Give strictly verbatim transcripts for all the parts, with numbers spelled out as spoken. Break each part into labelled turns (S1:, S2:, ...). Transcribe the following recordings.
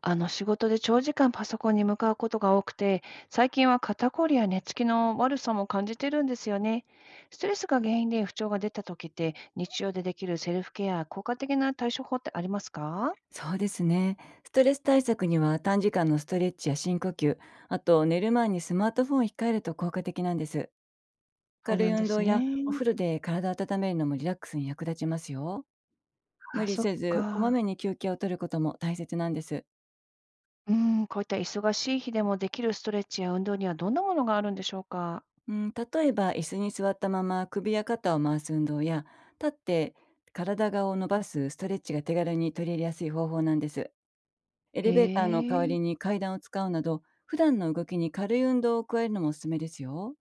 S1: あの仕事で長時間パソコンに向かうことが多くて、最近は肩こりや寝つきの悪さも感じてるんですよね。ストレスが原因で不調が出た時って、日常でできるセルフケア、効果的な対処法ってありますか？
S2: そうですね。ストレス対策には短時間のストレッチや深呼吸、あと寝る前にスマートフォンを控えると効果的なんです。
S1: そう
S2: 軽
S1: な
S2: い
S1: んで
S2: 運
S1: す
S2: 動やお
S1: ね。
S2: 風呂で体を温めるのもリラックスに役立ちますよ。無
S1: あ、
S2: 理
S1: そっ
S2: せず、こま
S1: か。
S2: めに休憩を取ることも大切なんです。
S1: うん、こういった忙しい日でもできるストレッチや運動にはどんなものがあるんでしょうか？
S2: うん、例えば、椅子に座ったまま首や肩を回す運動や、立って体側を伸ばすストレッチが手軽に取り入れやすい方法なんです。エ
S1: へ
S2: レベーターの代わ
S1: え。
S2: りに階段を使うなど、普段の動きに軽い運動を加えるのもおすすめですよ。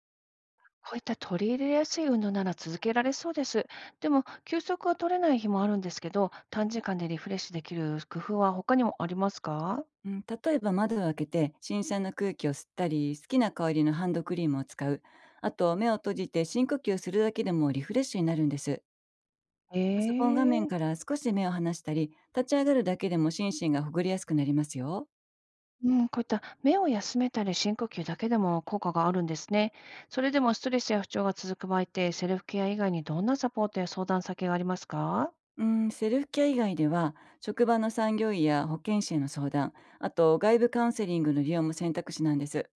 S1: こういった取り入れやすい運動なら続けられそうです。でも、休息が取れない日もあるんですけど、短時間でリフレッシュできる工夫は他にもありますか？
S2: うん、例えば窓を開けて新鮮な空気を吸ったり好きな香りのハンドクリームを使う、あと目を閉じて深呼吸するだけでもリフレッシュになるんです。パソコン画
S1: え
S2: 面か
S1: え。
S2: ら少し目を離したり立ち上がるだけでも心身がほぐれやすくなりますよ。
S1: うん、こういった目を休めたり深呼吸だけでも効果があるんですね。それでもストレスや不調が続く場合って、セルフケア以外にどんなサポートや相談先がありますか？
S2: うん、セルフケア以外では、職場の産業医や保健師への相談、あと外部カウンセリングの利用も選択肢なんです。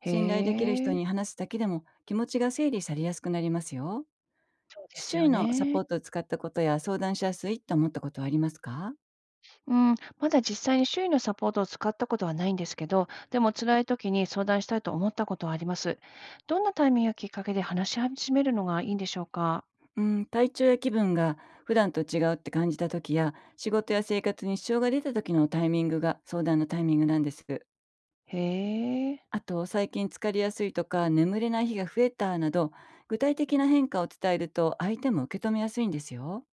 S1: へ
S2: 信頼できる人
S1: え。
S2: に話すだけでも気持ちが整理されやすくなりますよ。
S1: そうで
S2: 周
S1: す
S2: 囲
S1: よ
S2: のサ
S1: ね。
S2: ポートを使ったことや相談しやすいと思ったことはありますか？
S1: うん、まだ実際に周囲のサポートを使ったことはないんですけど、でも辛い時に相談したいと思ったことはあります。どんなタイミングやきっかけで話し始めるのがいいんでしょうか？
S2: うん、体調や気分が普段と違うって感じた時や仕事や生活に支障が出た時のタイミングが相談のタイミングなんです。
S1: へえ。
S2: あと最近疲れやすいとか眠れない日が増えたなど、具体的な変化を伝えると相手も受け止めやすいんですよ。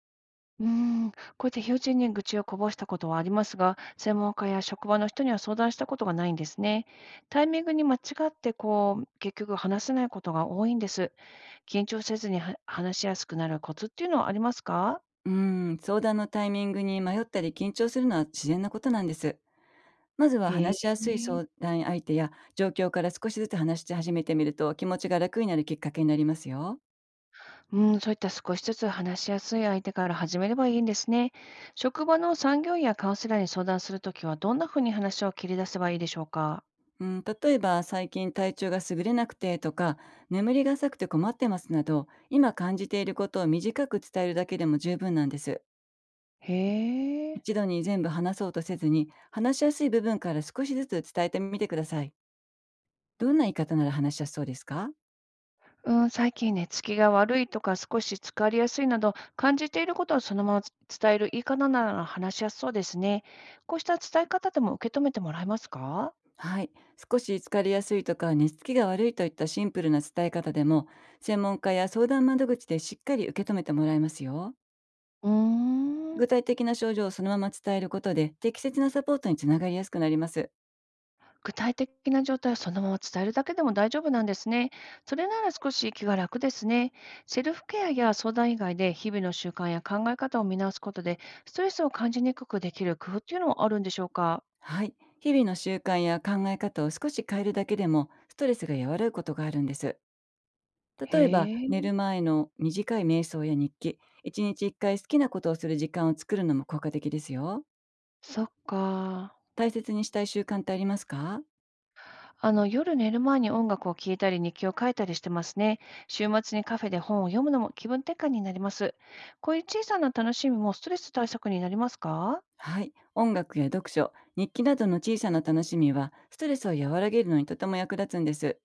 S1: うん、こうやって友人に愚痴をこぼしたことはありますが、専門家や職場の人には相談したことがないんですね。タイミングに間違ってこう、結局話せないことが多いんです。緊張せずには話しやすくなるコツっていうのはありますか？
S2: うん、相談のタイミングに迷ったり緊張するのは自然なことなんです。まずは
S1: へ
S2: 話し
S1: え。
S2: やすい相談相手や状況から少しずつ話し始めてみると気持ちが楽になるきっかけになりますよ。
S1: うん、そういった少しずつ話しやすい相手から始めればいいんですね。職場の産業医やカウンセラーに相談するときは、どんなふうに話を切り出せばいいでしょうか？
S2: うん、例えば最近体調が優れなくてとか、眠りが浅くて困ってますなど、今感じていることを短く伝えるだけでも十分なんです。
S1: へえ、
S2: 一度に全部話そうとせずに話しやすい部分から少しずつ伝えてみてください。どんな言い方なら話しやすそうですか？
S1: うん、最近寝つきが悪いとか、少し疲れやすいなど、感じていることをそのまま伝える言い方なら話しやすそうですね。こうした伝え方でも受け止めてもらえますか？
S2: はい、少し疲れやすいとか寝つきが悪いといったシンプルな伝え方でも、専門家や相談窓口でしっかり受け止めてもらえますよ。
S1: うーん。
S2: 具体的な症状をそのまま伝えることで適切なサポートにつながりやすくなります。
S1: 具体的な状態をそのまま伝えるだけでも大丈夫なんですね。それなら少し気が楽ですね。セルフケアや相談以外で日々の習慣や考え方を見直すことで、ストレスを感じにくくできる工夫っていうのはあるんでしょうか？
S2: はい、日々の習慣や考え方を少し変えるだけでもストレスが和らぐことがあるんです。
S1: へ
S2: 例えば
S1: え、
S2: 寝る前の短い瞑想や日記、いちにちいっかい好きなことをする時間を作るのも効果的ですよ。
S1: そっか。
S2: 大切にしたい習慣ってありますか？
S1: あの、夜寝る前に音楽を聴いたり日記を書いたりしてますね。週末にカフェで本を読むのも気分転換になります。こういう小さな楽しみもストレス対策になりますか？
S2: はい。音楽や読書、日記などの小さな楽しみは、ストレスを和らげるのにとても役立つんです。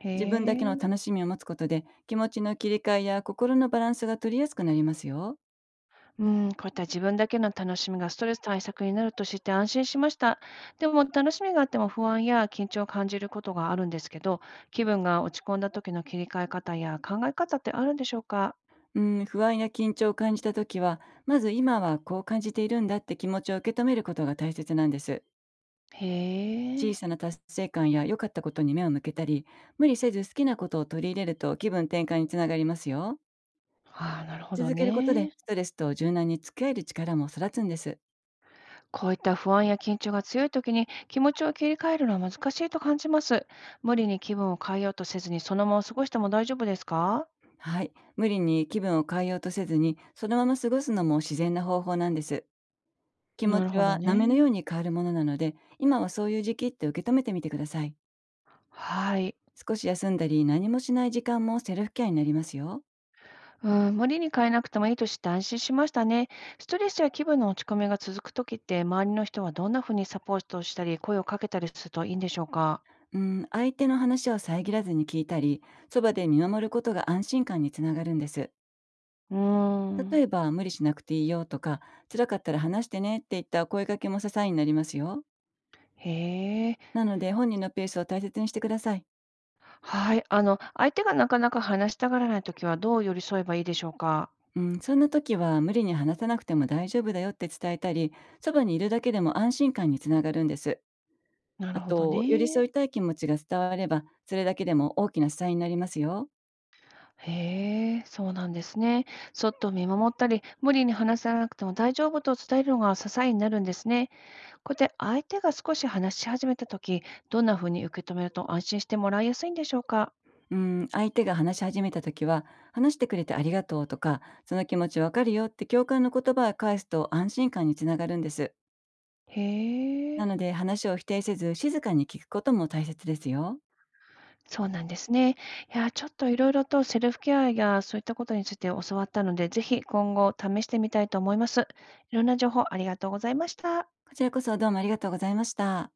S1: へ
S2: 自分だけの
S1: え。
S2: 楽しみを持つことで、気持ちの切り替えや心のバランスが取りやすくなりますよ。
S1: うん、こういった自分だけの楽しみがストレス対策になると知って安心しました。でも楽しみがあっても不安や緊張を感じることがあるんですけど、気分が落ち込んだ時の切り替え方や考え方ってあるんでしょうか？
S2: うん、不安や緊張を感じたときは、まず今はこう感じているんだって気持ちを受け止めることが大切なんです。
S1: へ
S2: 小
S1: え。
S2: さな達成感や良かったことに目を向けたり、無理せず好きなことを取り入れると気分転換につながりますよ。
S1: ああ、なるほど
S2: 続けることで、
S1: ね。
S2: ストレスと柔軟に付き合える力も育つんです。
S1: こういった不安や緊張が強い時に気持ちを切り替えるのは難しいと感じます。無理に気分を変えようとせずにそのまま過ごしても大丈夫ですか？
S2: はい。無理に気分を変えようとせずに、そのまま過ごすのも自然な方法なんです。気持
S1: なる
S2: ち
S1: ほど
S2: は波のよう
S1: ね。
S2: に変わるものなので、今はそういう時期って受け止めてみてください。
S1: はい。
S2: 少し休んだり、何もしない時間もセルフケアになりますよ。
S1: うん、無理に変えなくてもいいと知って安心しましたね。ストレスや気分の落ち込みが続くときって、周りの人はどんなふうにサポートしたり、声をかけたりするといいんでしょうか？
S2: うん、相手の話を遮らずに聞いたり、そばで見守ることが安心感につながるんです。
S1: うー
S2: 例
S1: ん。
S2: えば、無理しなくていいよとか、辛かったら話してねっていった声かけも支えになりますよ。
S1: へえ。
S2: なので、本人のペースを大切にしてください。
S1: はい。あの、相手がなかなか話したがらないときは、どう寄り添えばいいでしょうか？
S2: うん、そんな時は無理に話さなくても大丈夫だよって伝えたり、そばにいるだけでも安心感につながるんです。
S1: な
S2: あ
S1: るほど
S2: と、寄り
S1: ね。
S2: 添いたい気持ちが伝われば、それだけでも大きな支えになりますよ。
S1: へえ、そうなんですね。そっと見守ったり、無理に話さなくても大丈夫と伝えるのが支えになるんですね。こうやって相手が少し話し始めたとき、どんなふうに受け止めると安心してもらいやすいんでしょうか？
S2: うん、相手が話し始めた時は、話してくれてありがとうとか、その気持ちわかるよって共感の言葉を返すと安心感につながるんです。
S1: へ
S2: な
S1: え、
S2: ので話を否定せず静かに聞くことも大切ですよ。
S1: そうなんですね。いや、ちょっといろいろとセルフケアやそういったことについて教わったので、ぜひ今後試してみたいと思います。いろんな情報ありがとうございました。
S2: こちらこそどうもありがとうございました。